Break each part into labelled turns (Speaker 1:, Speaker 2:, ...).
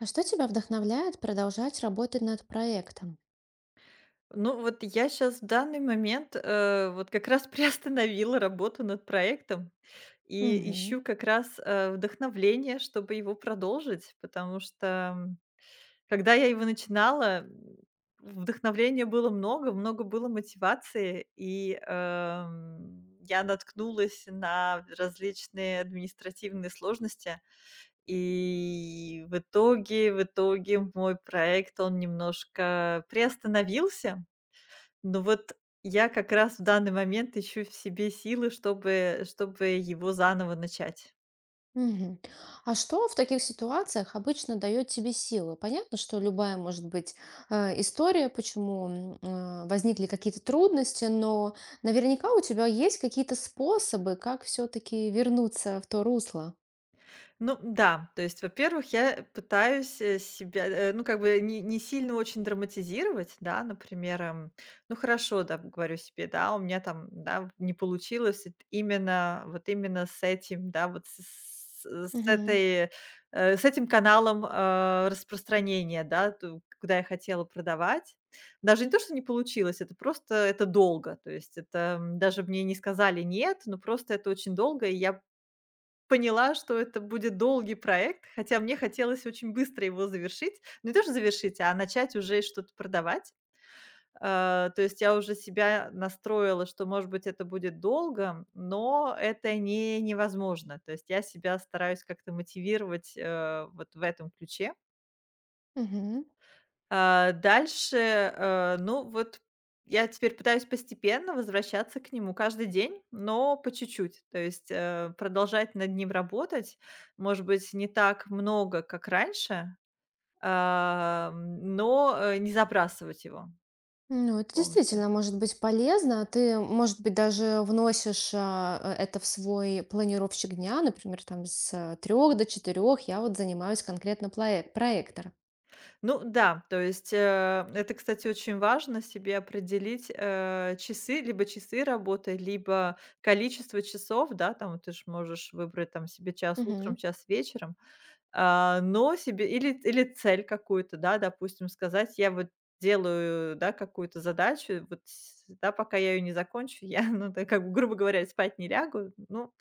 Speaker 1: А что тебя вдохновляет продолжать работать над проектом?
Speaker 2: Ну, вот я сейчас в данный момент, вот как раз приостановила работу над проектом и
Speaker 1: Мгм.
Speaker 2: ищу как раз, вдохновение, чтобы его продолжить, потому что, когда я его начинала, вдохновения было много, много было мотивации, и, я наткнулась на различные административные сложности. И в итоге мой проект, он немножко приостановился. Ну вот, я как раз в данный момент ищу в себе силы, чтобы его заново начать.
Speaker 1: Мгм. А что в таких ситуациях обычно дает тебе силы? Понятно, что любая может быть история, почему возникли какие-то трудности, но наверняка у тебя есть какие-то способы, как все-таки вернуться в то русло.
Speaker 2: Ну да, то есть, во-первых, я пытаюсь, себя, ну, как бы не сильно очень драматизировать, да, например, ну хорошо, да, говорю себе, да, у меня там, да, вот не получилось именно, вот именно с этим, да, с
Speaker 1: Мгм.
Speaker 2: этой, с этим каналом распространения, да, куда я хотела продавать. Даже не то, что не получилось, это просто, это долго, то есть это, даже мне не сказали нет, но просто это очень долго, и я поняла, что это будет долгий проект, хотя мне хотелось очень быстро его завершить. Ну, не то, что завершить, а начать уже что-то продавать. То есть я уже себя настроила, что, может быть, это будет долго, но это не невозможно. То есть я себя стараюсь как-то мотивировать, вот в этом ключе.
Speaker 1: Мгм.
Speaker 2: Дальше, ну, вот я теперь пытаюсь постепенно возвращаться к нему каждый день, но по чуть-чуть. То есть, продолжать над ним работать, может быть, не так много, как раньше, но, не забрасывать его
Speaker 1: Ну, это
Speaker 2: полностью.
Speaker 1: действительно может быть полезно. Ты, может быть, даже вносишь это в свой планировщик дня, например, там с трех до четырех я вот занимаюсь конкретно проектом.
Speaker 2: Ну да, то есть, это, кстати, очень важно себе определить, часы, либо часы работы, либо количество часов, да, там вот ты ж можешь выбрать там себе час утром,
Speaker 1: Мгм.
Speaker 2: час вечером. Но себе, или цель какую-то, да, допустим, сказать: "Я вот делаю, да, какую-то задачу, вот пока я ее не закончу, я, ну, так как бы, грубо говоря, спать не лягу". Ну,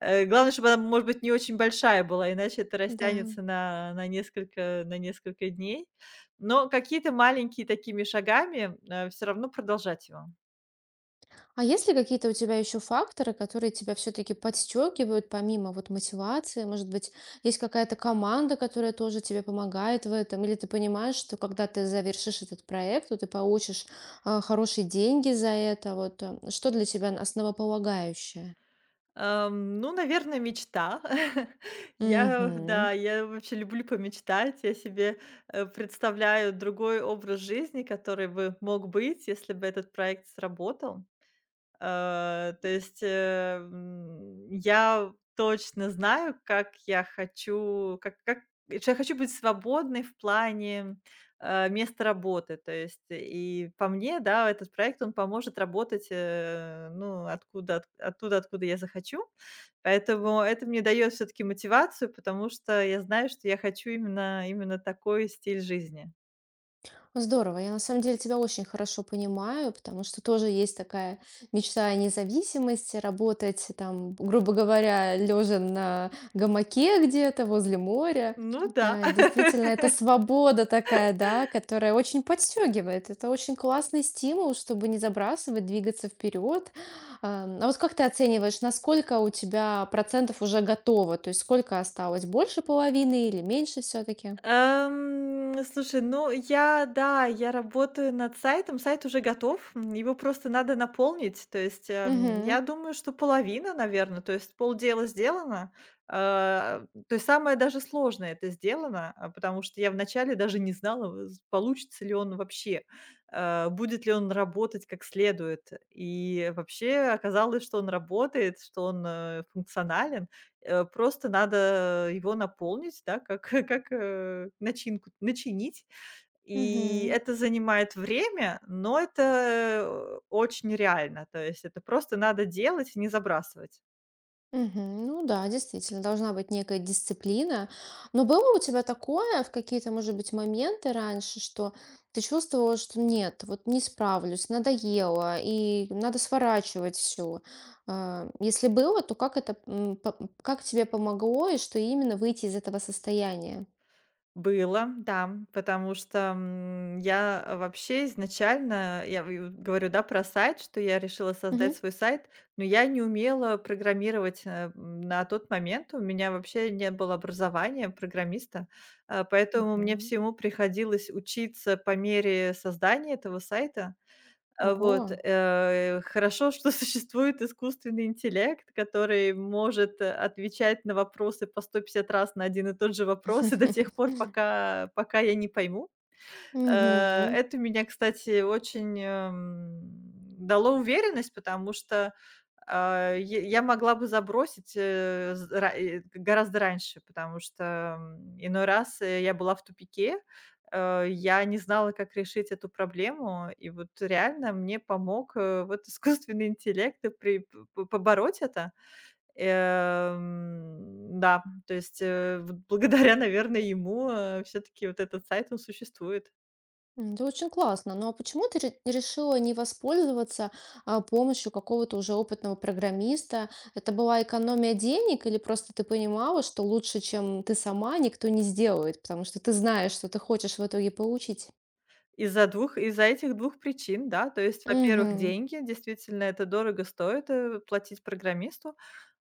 Speaker 2: главное, чтобы она, может быть, не очень большая была, иначе это
Speaker 1: Да.
Speaker 2: растянется на несколько дней. Но какие-то маленькие такими шагами, все равно продолжать его.
Speaker 1: А есть ли какие-то у тебя еще факторы, которые тебя все-таки подстегивают, помимо вот мотивации? Может быть, есть какая-то команда, которая тоже тебе помогает в этом? Или ты понимаешь, что когда ты завершишь этот проект, то ты получишь хорошие деньги за это. Вот что для тебя основополагающее?
Speaker 2: Ну, наверное, мечта. Я,
Speaker 1: Мгм.
Speaker 2: да, я вообще люблю помечтать. Я себе, представляю другой образ жизни, который бы мог быть, если бы этот проект сработал. То есть, я точно знаю, как я хочу, как что я хочу быть свободной в плане, места работы. То есть, и по мне, да, этот проект, он поможет работать, ну, откуда от оттуда, откуда я захочу. Поэтому это мне дает все таки мотивацию, потому что я знаю, что я хочу именно такой стиль жизни.
Speaker 1: Здорово. Я на самом деле тебя очень хорошо понимаю, потому что тоже есть такая мечта о независимости, работать там, грубо говоря, лежа на гамаке где-то возле моря.
Speaker 2: Ну да.
Speaker 1: Да, действительно, это свобода такая, да, которая очень подстегивает. Это очень классный стимул, чтобы не забрасывать, двигаться вперед. Ам, А вот как ты оцениваешь, насколько у тебя процентов уже готово? То есть сколько осталось? Больше половины или меньше все-таки?
Speaker 2: Слушай, ну я, да, я работаю над сайтом. Сайт уже готов, его просто надо наполнить. То есть, я думаю, что половина, наверное, то есть полдела сделано. А, То есть самое даже сложное — это сделано, потому что я вначале даже не знала, з получится ли он вообще, будет ли он работать как следует. И вообще оказалось, что он работает, что он, функционален. Просто надо его наполнить, да, как как, начинку начинить. И
Speaker 1: Мгм.
Speaker 2: это занимает время, но это, очень реально. То есть это просто надо делать и не забрасывать.
Speaker 1: Мгм. Ну да, действительно, должна быть некая дисциплина. Но было у тебя такое в какие-то, может быть, моменты раньше, что ты чувствовала, что нет, вот не справлюсь, надоело, и надо сворачивать все. Если было, то как это, как тебе помогло, и что именно выйти из этого состояния?
Speaker 2: Было, да, потому что, я, вообще изначально, я, в говорю, да, про сайт, что я решила
Speaker 1: Мгм.
Speaker 2: создать свой сайт, но я не умела программировать, на тот момент. У меня вообще не было образования программиста, поэтому мне
Speaker 1: Мгм.
Speaker 2: всему приходилось учиться по мере создания этого сайта. Вот,
Speaker 1: Ого.
Speaker 2: хорошо, что существует искусственный интеллект, который может, отвечать на вопросы по 150 раз на один и тот же вопрос, и до тех пор, пока я не пойму.
Speaker 1: Мгм.
Speaker 2: Это меня, кстати, очень, дало уверенность, потому что, я могла бы забросить, гораздо раньше, потому что, иной раз, я была в тупике, я не знала, как решить эту проблему. И вот реально мне помог, вот искусственный интеллект и при п п побороть это. Да, то есть, вот благодаря, наверное, ему, все таки вот этот сайт, он существует.
Speaker 1: М, это очень классно. Но почему ты решила не воспользоваться помощью какого-то уже опытного программиста? Это была экономия денег или просто ты понимала, что лучше, чем ты сама, никто не сделает, потому что ты знаешь, что ты хочешь в итоге получить?
Speaker 2: Из-за этих двух причин, да. То есть, во-первых,
Speaker 1: Угу,
Speaker 2: деньги. Действительно, это дорого стоит, платить программисту.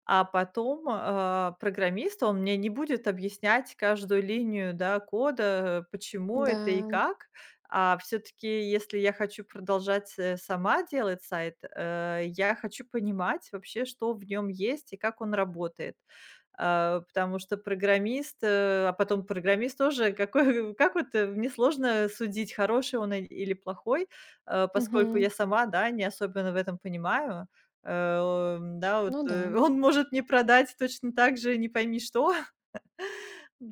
Speaker 2: А потом, программист, он мне не будет объяснять каждую линию, да, кода, почему это и
Speaker 1: да,
Speaker 2: как. А все-таки, если я хочу продолжать, сама делать сайт, я хочу понимать вообще, что в нем есть и как он работает. Потому что программист, а потом программист тоже, какой, как вот, мне сложно судить, хороший он или плохой, поскольку
Speaker 1: угу,
Speaker 2: я сама, да, не особенно в этом понимаю. Да, вот,
Speaker 1: ну да.
Speaker 2: он может не продать точно так же не пойми что.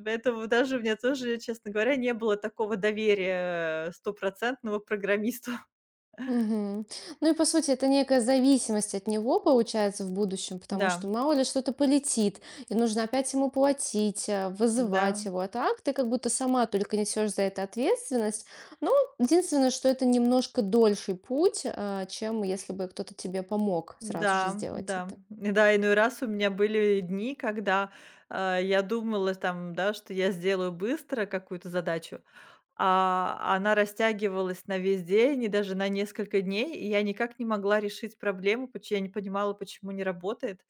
Speaker 2: Поэтому даже у меня тоже, честно говоря, не было такого доверия, стопроцентного к программисту.
Speaker 1: Мгм. Ну и по сути это некая зависимость от него получается в будущем, потому что
Speaker 2: Да,
Speaker 1: мало ли что-то полетит, и нужно опять ему платить, вызывать
Speaker 2: да,
Speaker 1: его. А так ты как будто сама только несешь за это ответственность. Ну, единственное, что это немножко дольший путь, чем если бы кто-то тебе помог сразу же
Speaker 2: да,
Speaker 1: сделать
Speaker 2: да.
Speaker 1: это.
Speaker 2: И да, иной раз у меня были дни, когда, я думала там, да, что я сделаю быстро какую-то задачу, а она растягивалась на весь день и даже на несколько дней, и я никак не могла решить проблему, поч я не понимала, почему не работает.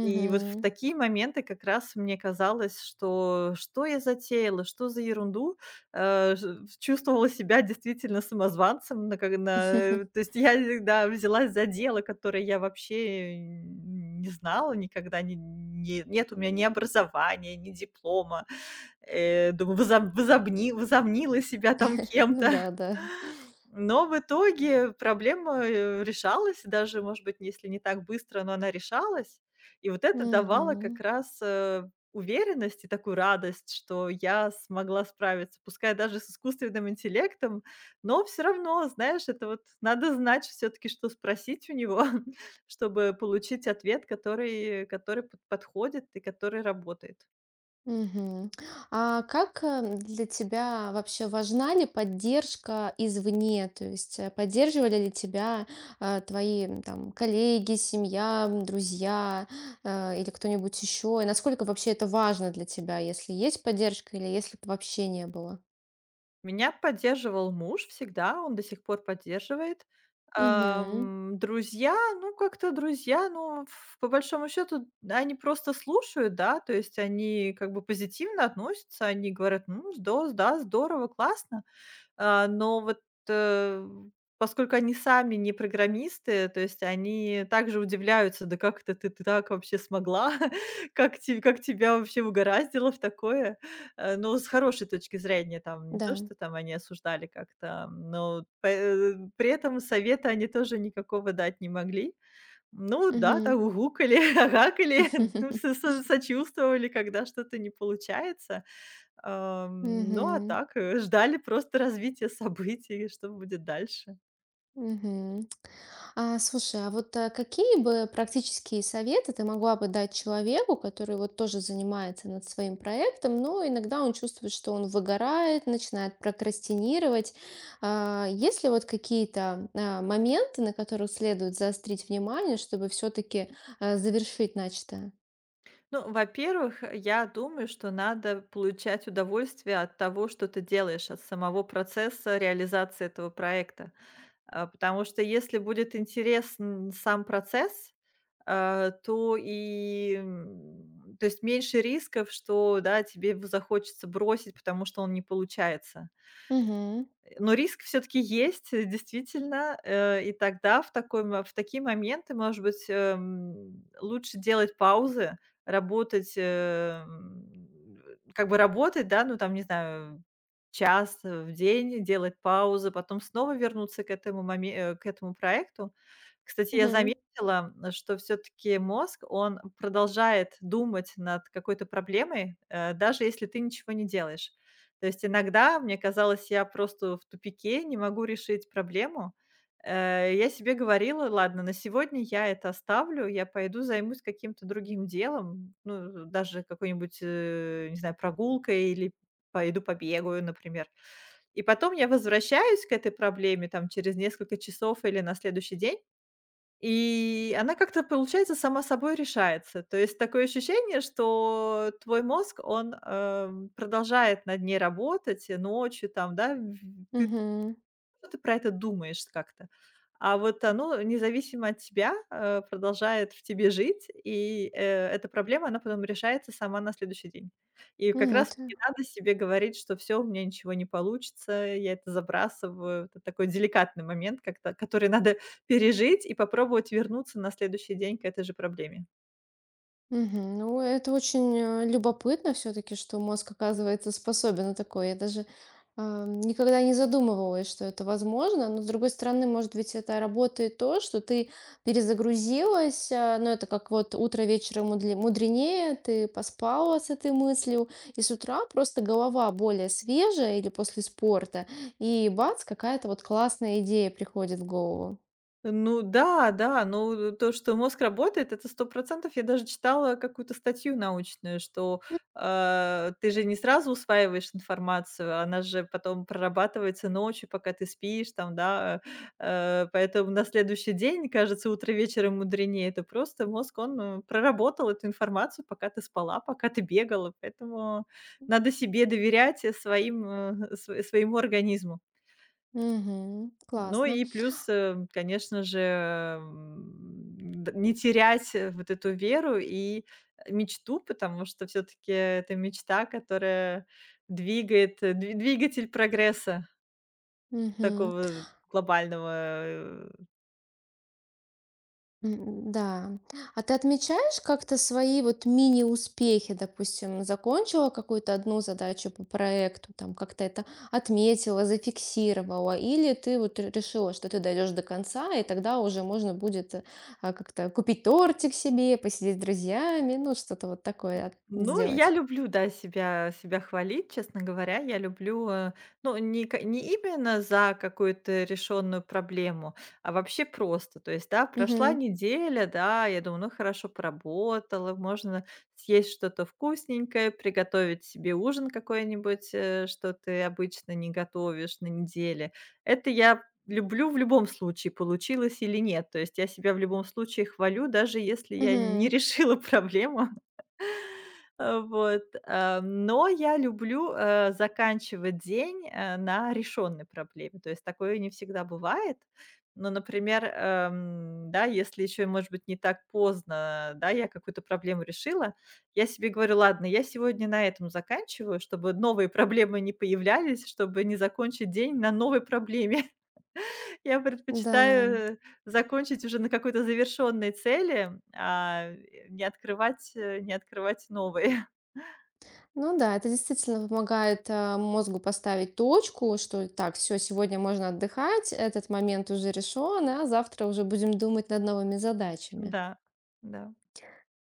Speaker 2: И вот в такие моменты как раз мне казалось, что я затеяла, что за ерунду. Чувствовала себя действительно самозванцем, на как на э, то есть я, всегда взялась за дело, которое я вообще не знала никогда, не не нет у меня ни образования, ни диплома. Думаю, возомнила себя там
Speaker 1: Ну
Speaker 2: кем-то.
Speaker 1: да, да.
Speaker 2: Но в итоге проблема, решалась, даже, может быть, если не так быстро, но она решалась. И вот это давало как
Speaker 1: Мгм.
Speaker 2: раз, уверенность и такую радость, что я смогла справиться, пускай даже с искусственным интеллектом, но все равно, знаешь, это вот надо знать все таки, что спросить у него, чтобы получить ответ, который который п подходит и который работает.
Speaker 1: Мгм. А как, для тебя вообще важна ли поддержка извне? То есть, поддерживали ли тебя, твои, м, там, коллеги, семья, м, друзья, или кто-нибудь еще? И насколько вообще это важно для тебя, если есть поддержка или если б вообще не было?
Speaker 2: Меня поддерживал муж всегда, он до сих пор поддерживает.
Speaker 1: Угу.
Speaker 2: Друзья, ну, как-то друзья, ну, ф по большому счету, да, они просто слушают, да, то есть они как бы позитивно относятся, они говорят: "Ну, здо, да, здорово, классно". Но вот, э, поскольку они сами не программисты, то есть они также удивляются: "Да как это ты так вообще смогла? Как тебя вообще угораздило в такое?" Но с хорошей точки зрения, там, не
Speaker 1: Да.
Speaker 2: то, что там они осуждали как-то, но пэ при этом совета они тоже никакого дать не могли. Ну да,
Speaker 1: Угу.
Speaker 2: там угукали, агакали, ну, со со сочувствовали, когда что-то не получается. Ну, а
Speaker 1: Мгм.
Speaker 2: так, ждали просто развития событий, что будет дальше.
Speaker 1: Мгм. А, слушай, а вот какие бы практические советы ты могла бы дать человеку, который вот тоже занимается над своим проектом, но иногда он чувствует, что он выгорает, начинает прокрастинировать. А, есть ли вот какие-то моменты, на которых следует заострить внимание, чтобы все-таки завершить начатое?
Speaker 2: Ну, во-первых, я думаю, что надо получать удовольствие от того, что ты делаешь, от самого процесса реализации этого проекта. Потому что если будет интересен сам процесс, то и, то есть меньше рисков, что, да, тебе в захочется бросить, потому что он не получается.
Speaker 1: Угу,
Speaker 2: Но риск все-таки есть, действительно. И тогда в такой мо в такие моменты, может быть, лучше делать паузы, работать, как бы работать, да, ну, там, не знаю, час в день, делать паузы, потом снова вернуться к этому проекту. Кстати, я
Speaker 1: угу,
Speaker 2: заметила, что все-таки мозг, он продолжает думать над какой-то проблемой, даже если ты ничего не делаешь. То есть иногда мне казалось, я просто в тупике, не могу решить проблему. Я себе говорила: "Ладно, на сегодня я это оставлю, я пойду займусь каким-то другим делом". Ну, даже какой-нибудь, не знаю, прогулкой или пойду побегаю, например. И потом я возвращаюсь к этой проблеме там через несколько часов или на следующий день, и она как-то, получается, сама собой решается. То есть такое ощущение, что твой мозг, он, продолжает над ней работать и ночью там, да, ну, ты про это думаешь как-то. А вот оно, независимо от тебя, продолжает в тебе жить, и, эта проблема, она потом решается сама на следующий день. И как
Speaker 1: угу.
Speaker 2: раз не надо себе говорить, что все, у меня ничего не получится, я это забрасываю. Это такой деликатный момент, как-то который надо пережить и попробовать вернуться на следующий день к этой же проблеме.
Speaker 1: Мгм. Ну, это очень, любопытно все таки что мозг, оказывается, способен на такое. Я даже, никогда не задумывалась, что это возможно. Но, с другой стороны, может быть, это работает то, что ты перезагрузилась, а, ну, это как вот утро вечера мудренее, ты поспала с этой мыслью, и с утра просто голова более свежая или после спорта, и бац, какая-то вот классная идея приходит в голову.
Speaker 2: Ну да, да, ну то, что мозг работает, это 100%. Я даже читала какую-то статью научную, что, ты же не сразу усваиваешь информацию, она же потом прорабатывается ночью, пока ты спишь там, да, поэтому на следующий день, кажется, утро вечером мудренее. Это просто мозг, он, проработал эту информацию, пока ты спала, пока ты бегала, поэтому надо себе доверять и своим, э, св своему организму.
Speaker 1: Мгм.
Speaker 2: Ну
Speaker 1: Классно.
Speaker 2: и плюс, конечно же, м, д не терять, вот эту веру и мечту, потому что все таки это мечта, которая двигает, э, дви двигатель прогресса
Speaker 1: Мгм.
Speaker 2: такого глобального. э,
Speaker 1: М, да. А ты отмечаешь как-то свои вот мини-успехи? Допустим, закончила какую-то одну задачу по проекту, там как-то это отметила, зафиксировала, или ты вот решила, что ты дойдешь до конца, и тогда уже можно будет как-то купить тортик себе, посидеть с друзьями, ну что-то вот такое
Speaker 2: Ну, я
Speaker 1: сделать.
Speaker 2: люблю, да, себя хвалить, честно говоря. Я люблю, ну, не именно за какую-то решенную проблему, а вообще просто. То есть, да, прошла
Speaker 1: Угу.
Speaker 2: неделя, да, я думаю, ну, хорошо поработала, можно съесть что-то вкусненькое, приготовить себе ужин какой-нибудь, что ты обычно не готовишь на неделе. Это я люблю в любом случае, получилось или нет. То есть я себя в любом случае хвалю, даже если я не
Speaker 1: Угу.
Speaker 2: решила проблему. Но я люблю, заканчивать день, на решенной проблеме. То есть такое не всегда бывает. Но, например, да, если еще, может быть, не так поздно, да, я какую-то проблему решила, я себе говорю: "Ладно, я сегодня на этом заканчиваю", чтобы новые проблемы не появлялись, чтобы не закончить день на новой проблеме. Я
Speaker 1: Да.
Speaker 2: предпочитаю закончить уже на какой-то завершенной цели, не открывать, не открывать новые.
Speaker 1: Ну да, это действительно помогает, мозгу поставить точку, что так, все, сегодня можно отдыхать, этот момент уже решен, а завтра уже будем думать над новыми задачами.
Speaker 2: Да, да.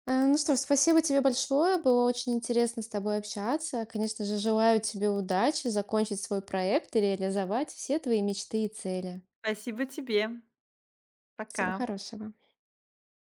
Speaker 1: Ну что ж, спасибо тебе большое, было очень интересно с тобой общаться. Конечно же, желаю тебе удачи закончить свой проект и реализовать все твои мечты и цели.
Speaker 2: Спасибо тебе.
Speaker 1: Всего
Speaker 2: Пока.
Speaker 1: хорошего.